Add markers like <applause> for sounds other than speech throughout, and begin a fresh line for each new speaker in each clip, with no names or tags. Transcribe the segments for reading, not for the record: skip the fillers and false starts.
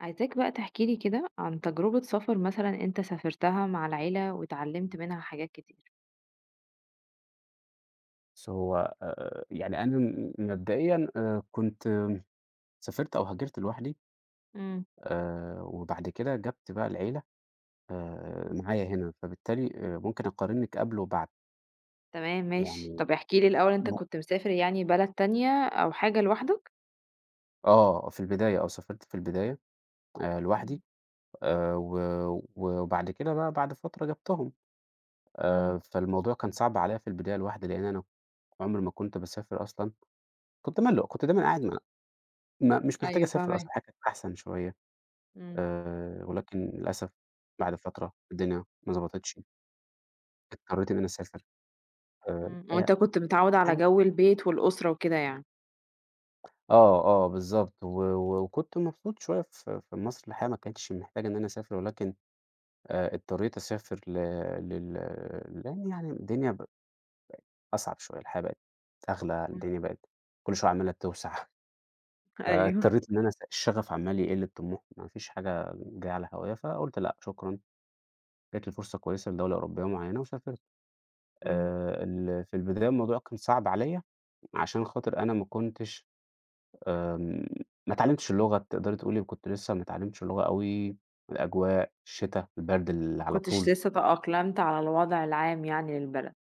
عايزاك بقى تحكي لي كده عن تجربة سفر مثلًا أنت سافرتها مع العيلة واتعلمت منها حاجات كتير.
بُص هو يعني أنا مبدئيًا كنت سافرت أو هاجرت لوحدي.
إمم.
وبعد كده جَبت بقى العيلة معايا هنا، فبالتالي ممكن أقارنِك قبل وبعد.
تمام ماشي، طب
يعني
احكِ لي الأول أنت
م
كنت مسافر يعني بلد تانية أو حاجة لوحدك؟
في البداية سافرت في البداية
إمم،
لوحدي و وبعد كده بقى بعد فترة جِبتهم.
إمم.
فالموضوع كان صعب عليّا في البداية لوحدي، لإن أنا عُمري ما كنت باسافر أصلًا، كنت مَلُّق، كنت دايمًا قاعد م م مش محتاج
أيوه
أسافر أصلًا،
فاهماك.
الحياة كانت أحسن شوية.
إمم.
ولكن للأسف بعد فترة الدنيا ما ضبطتش، اضطريت إن أنا أسافر. آآ
إمم،
الحقيقة
وأنت كنت متعوّد على
يعني
جو البيت والأسرة وكده يعني.
آه، بالضبط و وكنت مبسوط شوية في مصر، الحقيقة ما كانتش محتاج إن أنا أسافر، ولكن اضطريت أسافر ل لل لإن يعني الدنيا بقت أصعب شوية، الحياة بقت أغلى،
إمم.
الدنيا بقت كل شوية عمّالة توسع، <laughs>
<laughs> أيوه.
فاضطريت إن أنا الشغف عمّال يقل، الطموح ما فيش حاجة جاية على هواها، فقُلت لأ شكرًا، جات لي فرصة كويسة لدولة أوروبية معيّنة وسافرت.
إمم.
ال في البداية الموضوع كان صعب عليّا، عشان خاطر أنا ما كنتش، آمم ما اتعلمتش اللغة، تقدري تقولي كنت لسه ما اتعلمتش اللغة أوي، الأجواء، الشتا، البرد اللي
ما
على
كنتش
طول
لسه تأقلمت على الوضع العام يعني للبلد.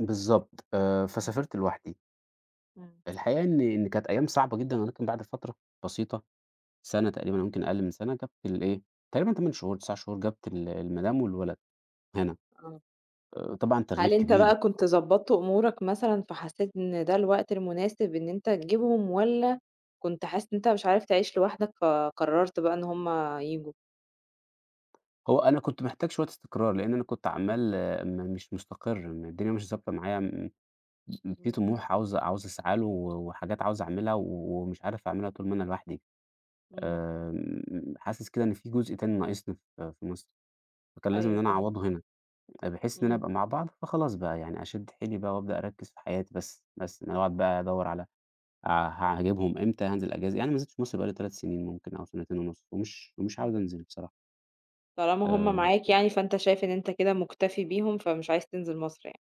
بالضبط.
إمم،
فسافرت لوحدي.
إمم.
الحقيقة إن كانت أيام صعبة جدًا، ولكن بعد فترة بسيطة، سَنة تقريبًا يمكن أقل من سَنة، جبت الإيه، تقريبًا 8 شهور، 9 شهور، جبت المدام والولد هنا.
آه.
طبعًا تغيير
هل أنت
كبير.
بقى كنت ضبّطت أمورك مثلًا، فحسّيت إن ده الوقت المناسب إن أنت تجيبهم، والّا كنت حاسس إن أنت مش عارف تعيش لوحدك، فقررت بقى إن هُم ييجوا؟
هو أنا كنت محتاج شوية استقرار، لإن أنا كنت عمّال مش مستقر، الدنيا مش ضابطة معايا م م في
إمم،
طموح عاوز أسعى له وحاجات عاوز أعملها ومش عارف أعملها طول ما أنا لوحدي،
إمم،
حاسس كده إن في جزء تاني ناقصني في مصر، فكان لازم إن
أيوه
أنا
فاهماك،
أعوّضه هنا، بحيث إن أنا
إمم،
أبقى مع بعض فخلاص بقى يعني أشد حيلي بقى وأبدأ أركّز في حياتي بس، بس إن أنا أقعد بقى أدوّر على ه هاجيبهم إمتى، هانزل أجازة. يعني ما نزلتش مصر بقى لي 3 سنين ممكن أو سنتين ونُص، ومش
إمم،
عاوز أنزل بصراحة.
طالما هُم
آآ
معاك يعني، فأنت شايف إن أنت كده مُكتفي بيهم، فمش عايز تنزل مصر يعني.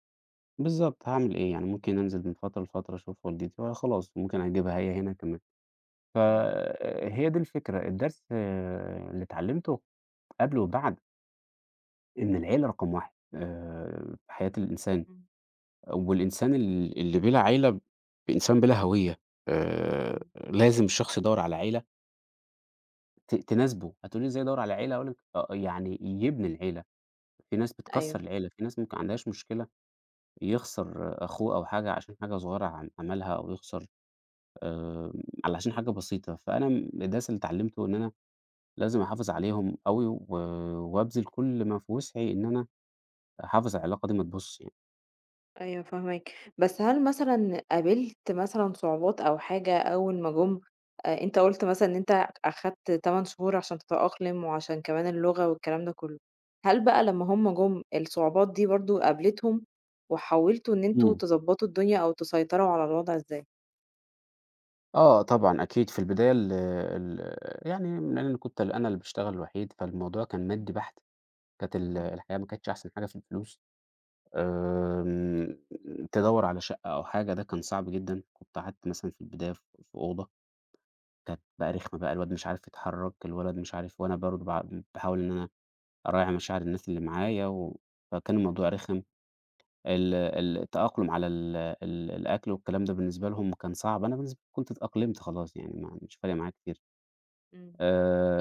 بالضبط، هاعمل إيه يعني؟ ممكن أنزل من فترة لفترة أشوف والدتي وخلاص، وممكن أجيبها هي هنا كمان.
إمم،
فهي دي الفكرة، الدرس اللي اتعلّمته قبل وبعد، إن العيلة رقم 1 في حياة الإنسان،
إمم،
والإنسان اللي بلا عيلة إنسان بلا هوية.
إمم،
لازم الشخص يدوّر على عيلة تناسبه. هتقولي لي إزاي أدوّر على عيلة؟ هاقول لِك يعني يبني العيلة. في ناس بتكسّر
أيوه.
العيلة، في ناس ممكن ما عندهاش مشكلة يخسر أخوه أو حاجة عشان حاجة صغيرة عملها، أو يخسر آآ علشان حاجة بسيطة. فأنا الدرس اللي اتعلّمته إن أنا لازم أحافظ عليهم أوي وابذل كل ما في وسعي إن أنا أحافظ على العلاقة دي ما تبوظش يعني.
أيوه فاهماك، بس هل مثلًا قابلت مثلًا صعوبات أو حاجة أول ما جُم؟ أنت قُلت مثلًا إن أنت أخدت 8 شهور عشان تتأقلم وعشان كمان اللغة والكلام ده كُلّه، هل بقى لمّا هُم جُم الصعوبات دي برضه قابلتهم، وحاولتوا إن أنتم
إمم.
تضبّطوا الدنيا أو تسيطروا على الوضع إزاي؟
آه طبعًا، أكيد في البداية ال ال يعني لإن أنا كنت أنا اللي باشتغل الوحيد، فالموضوع كان
إمم،
مادي بحت. كانت
إمم،
الحياة ما كانتش أحسن حاجة في الفلوس. آمم تدوّر على شقة أو حاجة ده كان صعب جدًا. كنت قعدت مثلًا في البداية في أوضة، كانت بقى رخمة بقى، الواد مش عارف يتحرك، الولد مش عارف، وأنا برضه باحاول إن أنا أراعي مشاعر الناس اللي معايا، فكان
إمم،
الموضوع رخم. ال ال التأقلم على ال ال الأكل والكلام ده بالنسبة لهم كان صعب، أنا بالنسبة لي كنت اتأقلمت خلاص يعني ما مش فارق معايا كتير.
إمم.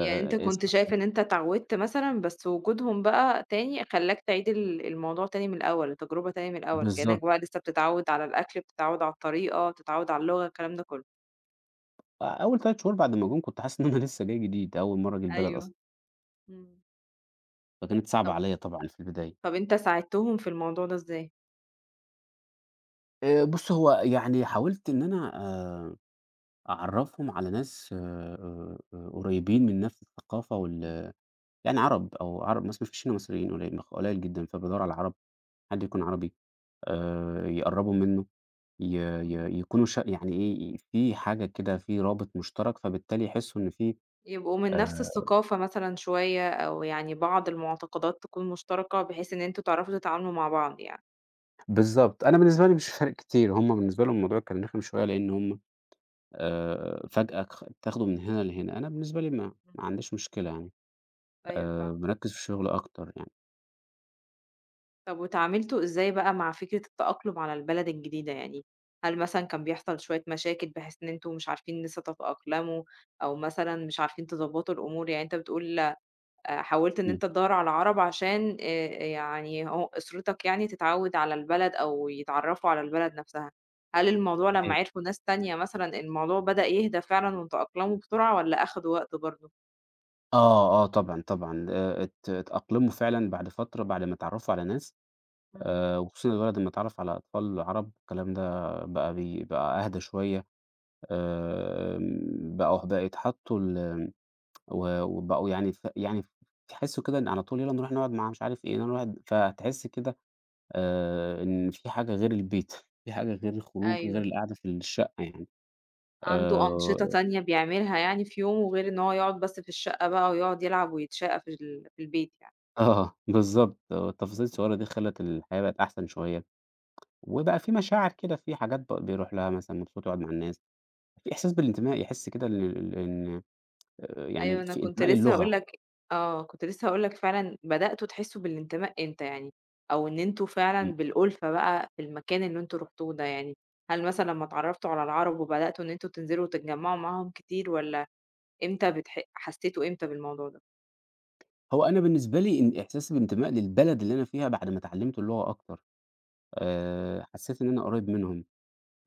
يعني أنت كنت
الصحاب
شايف إن أنت اتعودت مثلًا، بس وجودهم بقى تاني خلّاك تعيد الموضوع تاني من الأول، التجربة تاني من الأول، كأنك
بالضبط.
بقى لسه بتتعود على الأكل، بتتعود على الطريقة، بتتعود على اللغة، الكلام ده كله.
أول 3 شهور بعد ما جُم كنت حاسس إن أنا لسه جاي جديد، أول مرّة أجي البلد
أيوه،
أصلًا،
إمم.
فكانت صعبة
طب
عليّا طبعًا في البداية.
طب أنت ساعدتهم في الموضوع ده إزاي؟
بُص هو يعني حاولت إن أنا أعرّفهم على ناس قريبين من نفس الثقافة
إمم،
يعني عرب أو عرب، بس ما فيش هنا مصريين، قليل قليل جدًا، فبادوّر على عرب، حد يكون عربي. يقرّبوا منّه، ي
إمم.
ي يكونوا يعني إيه، في حاجة كده، في رابط مشترك، فبالتالي يحسّوا إن في
يبقوا من نفس
آآ
الثقافة مثلًا شوية، أو يعني بعض المعتقدات تكون مشتركة، بحيث إن أنتم تعرفوا تتعاملوا مع بعض يعني.
بالضبط. أنا بالنسبة لي مش فارق كتير، هم بالنسبة لهم الموضوع كان رخم شوية لإن هم فجأة بتاخده من هنا لهنا، أنا بالنسبة لي ما
إمم.
عنديش مشكلة يعني.
أيوه فاهمة.
باركّز في الشغل أكتر يعني.
طب واتعاملتوا إزاي بقى مع فكرة التأقلم على البلد الجديدة يعني؟ هل مثلًا كان بيحصل شوية مشاكل بحيث إن أنتم مش عارفين لسه تتأقلموا أو مثلًا مش عارفين تضبّطوا الأمور؟ يعني أنت بتقول حاولت إن
إمم،
أنت تدوّر على عَرَب عشان يعني هو أسرتك يعني تتعوّد على البلد أو يتعرّفوا على البلد نَفْسها. هل الموضوع لمّا
صحيح.
عرفوا ناس تانية مثلًا الموضوع بدأ يهدى فعلًا وتأقلموا بسرعة والّا أخدوا وقت برضه؟
آه، طبعًا، طبعًا. ات اتأقلموا فعلًا بعد فترة، بعد ما اتعرّفوا على ناس
إمم.
وخصوصًا الولد لمّا اتعرّف على أطفال عَرَب، الكلام ده بقى بقى أهدى شوية. بقوا بقى يتحطّوا وبقوا يعني يعني تحسّوا كده إن على طول يالّا نروح نقعد مع مش عارف إيه، يالّا نروح، فتحس كده إن في حاجة غير البيت، في حاجة غير الخروج، غير
أيوه.
القعدة في الشقة يعني.
عنده أنشطة
آآ،
تانية بيعملها يعني في يومه، غير إن هو يقعد بس في الشقة بقى ويقعد يلعب ويتشقى في في البيت يعني.
<laughs> آه، بالضبط، والتفاصيل
إمم.
الصغيرة دي خلّت الحياة بقت أحسن شوية، وبقى في مشاعر كده، في حاجات بيروح لها مثلًا مبسوط يقعد مع الناس، في إحساس بالانتماء، يحس كده إن إن يعني
أيوه أنا
في
كنت
انتماء
لسه
للغة.
هاقول لك آه، كنت لسه هاقول لك فعلًا بدأتوا تحسّوا بالانتماء إمتى يعني، أو إن أنتم فعلًا بالألفة بقى في المكان اللي أنتم رُحتوه ده يعني، هل مثلًا لمّا اتعرّفتوا على العرب وبدأتوا إن أنتم تنزلوا وتتجمّعوا معاهم كتير والّا إمتى حسّيتوا إمتى بالموضوع ده؟
هو أنا بالنسبة لي إن إحساسي بالانتماء للبلد اللي أنا فيها بعد ما اتعلمت اللغة أكتر، حسيت إن أنا قريب منهم،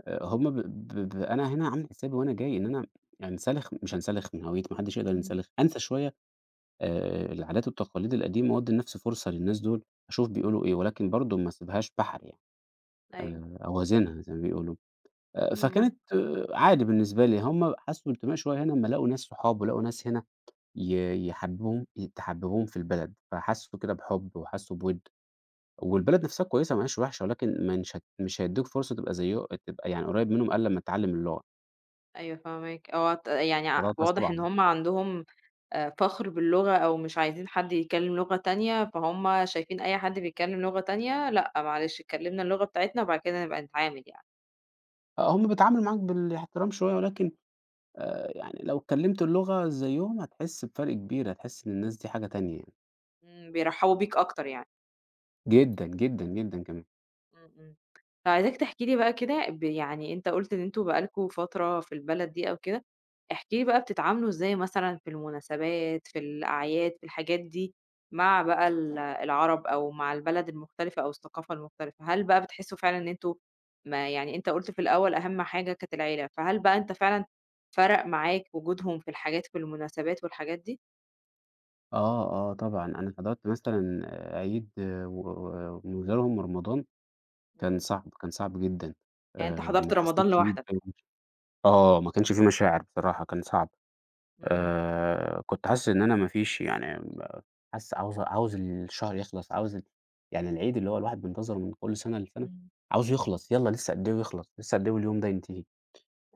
هم ب ب ب أنا هنا عامل حسابي وأنا جاي إن أنا مش هانسلخ من هويتي، ما حدش يقدر
إمم.
ينسلخ، أنسى شوية العادات والتقاليد القديمة وأدّي لنفسي فرصة للناس دول، أشوف بيقولوا إيه، ولكن برضه ما اسيبهاش بحر يعني.
أيوه،
أوازنها زي ما بيقولوا.
إمم.
فكانت عادي بالنسبة لي، هم حسوا بانتماء شوية هنا أمّا لقوا ناس صحاب ولقوا ناس هنا يحببوهم تحببهم في البلد، فحسوا كده بحب وحسوا بود. والبلد نفسها كويسة، ما هياش وحشة، ولكن منش هت مش هيدّوك فرصة تبقى زيه تبقى يعني قريّب منهم إلّا لمّا تتعلّم اللغة،
أيوه فاهماك، هو يعني
فده
واضح إن
طبعًا.
هُم عندهم فخر باللغة أو مش عايزين حد يتكلّم لغة تانية، فهُم شايفين أي حد بيتكلّم لغة تانية لأ معلش اتكلّمنا اللغة بتاعتنا وبعد كده نبقى نتعامل يعني،
آه، هم بيتعاملوا معاك بالاحترام شوية، ولكن يعني لو اتكلّمت اللغة زيّهم هتحس بفرق كبير، هتحس إن الناس دي حاجة تانية يعني.
إمم، بيرحّبوا بيك أكتر يعني.
جدًا، جدًا، جدًا كمان.
إمم، إمم. فعايزاك تحكي لي بقى كده يعني أنت قُلت إن أنتم بقى لكم فترة في البلد دي أو كده، احكِ لي بقى بتتعاملوا إزاي مثلًا في المناسبات، في الأعياد، في الحاجات دي مع بقى العرب أو مع البلد المختلفة أو الثقافة المختلفة؟ هل بقى بتحسّوا فعلًا إن أنتم ما يعني أنت قُلت في الأول أهم حاجة كانت العيلة، فهل بقى أنت فعلًا فرق معاك وجودهم في الحاجات في المناسبات والحاجات دي؟
آه، طبعًا، أنا حضرت مثلًا عيد آه، و ومناسبة رمضان، كان
إمم،
صعب، كان صعب جدًا.
يعني أنت حضرت
ما
رمضان
حسّيتش بيه
لوحدك؟
بأي مشاعر. آه، ما كانش في مشاعر بصراحة، كان صعب.
إمم،
كنت حاسس إن أنا ما فيش يعني، حاسس عاوز الشهر يخلص، عاوز يعني العيد اللي هو الواحد بينتظره من كل سنة لسنة،
إمم،
عاوزه يخلص، يالّا لسه قد إيه ويخلص، لسه قد إيه واليوم ده ينتهي.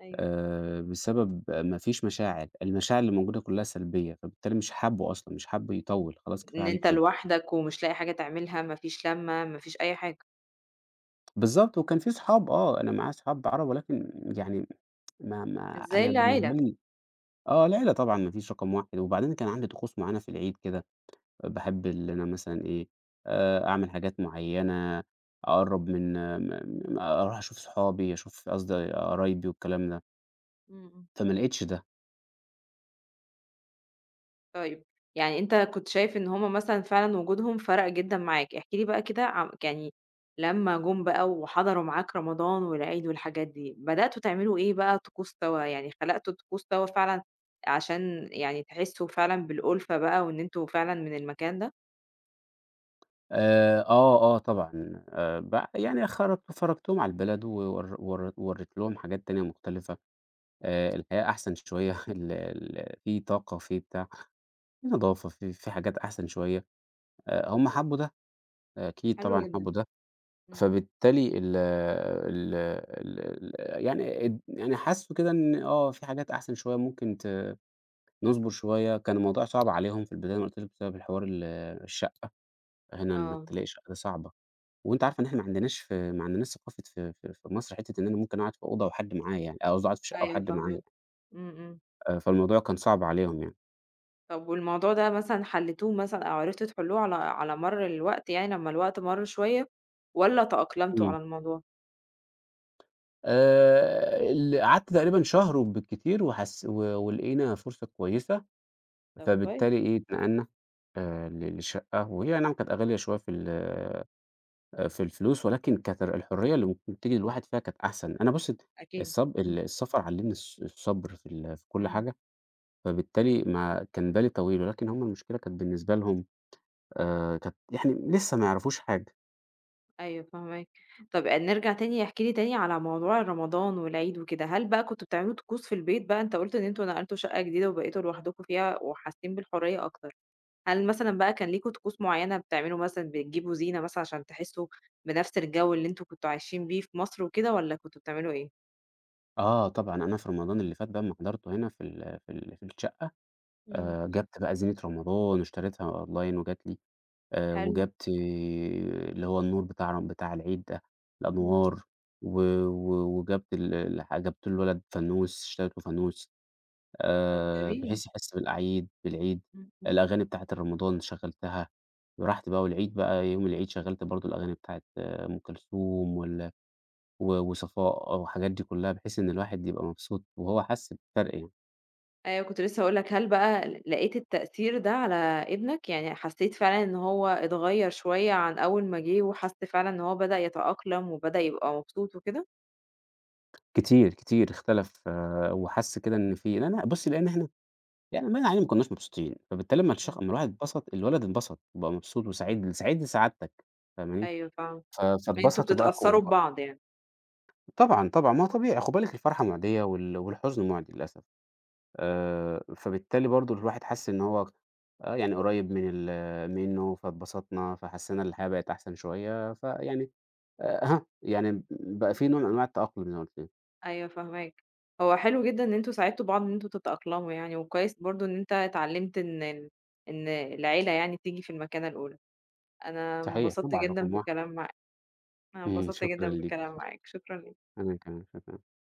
أيوه.
بسبب ما فيش مشاعر، المشاعر اللي موجودة كلّها سلبية، فبالتالي مش حابّه أصلًا، مش حابّه يطوّل، خلاص كفاية
إن
عليك
أنت
كده.
لوحدك ومش لاقي حاجة تعملها، ما فيش لمّة، ما فيش أي حاجة،
بالضبط، وكان في صحاب أنا معايا صحاب عَرَب، ولكن يعني ما ما
مش زي
أنا بالنسبة
العيلة.
لي آه، العيلة طبعًا ما فيش رقم 1. وبعدين كان عندي طقوس معيّنة في العيد كده، باحب اللي أنا مثلًا إيه، أعمل حاجات معيّنة، أقرّب من م أروح أشوف صحابي، أشوف قصدي قرايبي والكلام ده،
إمم، إمم.
فما لقيتش ده.
طيب، يعني أنت كنت شايف إن هم مثلًا فعلًا وجودهم فرق جدًا معاك، احكِ لي بقى كده يعني لمّا جُم بقى وحضروا معاك رمضان والعيد والحاجات دي، بدأتوا تعملوا إيه بقى طقوس سوا، يعني خلقتوا طقوس سوا فعلًا عشان يعني تحسّوا فعلًا بالألفة بقى وإن أنتم فعلًا من المكان ده؟
آه، طبعًا. ب يعني خرج فرجتهم على البلد وور ور وورّيت لهم حاجات تانية مختلفة،
إمم.
الحياة أحسن شوية <laughs> ال ال في طاقة، في بتاع، في نضافة، في حاجات أحسن شوية. هم حبّوا ده، أكيد
حلو
طبعًا حبّوا
جدًا.
ده.
إمم.
فبالتالي ال ال ال ال يعني يعني حسّوا كده إن في حاجات أحسن شوية ممكن نصبر شوية. كان الموضوع صعب عليهم في البداية، أنا قُلت لِك بسبب الحوار الشقة، هنا إنّك
آه،
تلاقي شقة دي صعبة، وأنتِ عارفة إن إحنا ما عندناش، في ما عندناش ثقافة في مصر حتّة إن أنا ممكن أقعد في أوضة وحد معايا يعني، او قصدي أقعد في شقة
أيوه
وحد معايا.
فاهماك. إمم، إمم.
فالموضوع كان صعب عليهم يعني.
طب والموضوع ده مثلًا حلّيتوه مثلًا أو عرفتوا تحلّوه على على مَر الوقت يعني لمّا الوقت مَر شوية والّا تأقلمتوا
إمم.
على الموضوع؟
ال قعدت تقريبًا شهر وبالكتير وحس و ولقينا فرصة كويسة،
طب كويس،
فبالتالي إيه، اتنقلنا ل لشقة، وهي أي نعم كانت غالية شوية في في الفلوس، ولكن كانت الحرية اللي ممكن بتيجي للواحد فيها كانت أحسن. أنا بُص
أكيد.
الصب ال
إمم.
السفر علّمني الصبر في كل
إمم،
حاجة، فبالتالي ما كان بالي طويل، ولكن هم المشكلة كانت بالنسبة لهم كانت يعني لسه ما يعرفوش حاجة.
أيوه فاهماك. طب نرجع تاني احكِ لي تاني على موضوع رمضان والعيد وكده، هل بقى كنتم بتعملوا طقوس في البيت بقى أنت قُلت إن أنتم نقلتوا شقة جديدة وبقيتوا لوحدكم فيها وحاسين بالحرية أكتر، هل مثلًا بقى كان ليكم طقوس معيّنة بتعملوا مثلًا بتجيبوا زينة مثلًا عشان تحسّوا بنفس الجو اللي أنتم كنتم عايشين بيه في مصر وكده والّا كنتم بتعملوا إيه؟
آه طبعًا، أنا في رمضان اللي فات بقى أمّا حضرته هنا في ال في ال في الشقة،
إمم،
جبت بقى زينة رمضان واشتريتها أونلاين وجات لي.
حلو.
وجَبت اللي هو النور بتاع بتاع العيد ده،
إمم،
الأنوار
إمم.
و و وجَبت ال الح جَبت للولد فانوس، اشتريت له فانوس
طب جميل.
بحيث يحس بالعيد.
إمم، إمم.
الأغاني بتاعة رمضان شغّلتها، ورحت بقى والعيد بقى يوم العيد، شغّلت برضه الأغاني بتاعة أم كلثوم و وصفاء والحاجات دي كلّها، بحيث إن الواحد يبقى مبسوط وهو حَس بفرق يعني.
أيوه كنت لسه هاقول لك، هل بقى لقيت التأثير ده على ابنك؟ يعني حسّيت فعلًا إن هو اتغيّر شوية عن أول ما جه وحس فعلًا إن هو بدأ يتأقلم وبدأ يبقى مبسوط وكده؟
كتير، كتير اختلف وحَس كده إن في، لأن بُصّي لإن إحنا يعني باين علينا ما كناش مبسوطين، فبالتالي أمّا
إمم،
أمّا الواحد اتبسط، الولد اتبسط، وبقى مبسوط
إمم.
وسعيد، سعيد لسعادتك، فاهماني؟
أيوه فاهمة.
ف
أنتم
فاتبسطوا بقى
بتتأثّروا ببعض يعني.
طبعًا، طبعًا، ما هو طبيعي. خُد بالِك الفرحة مُعدية، والحزن مُعدي للأسف. فبالتالي برضه الواحد حَس إن هو آه، يعني قريب من منه، فاتبسطنا، فحسينا إن الحياة بقت أحسن شوية، فيعني ها يعني بقى في نوع من أنواع التأقلم زي ما قُلت لِك.
أيوه فاهماك. هو حلو جدًا إن أنتم ساعدتوا بعض إن أنتم تتأقلموا يعني وكويس برضه إن أنت اتعلّمت إن إن العيلة يعني بتيجي في المكانة الأولى. أنا
صحيح
انبسطت
طبعًا
جدًا
رقم 1.
بالكلام معاك، أنا
إمم،
انبسطت جدًا
شكرًا ليكِ،
بالكلام
شكرًا.
معاك. شكرًا ليك.
أنا كمان، شكرًا.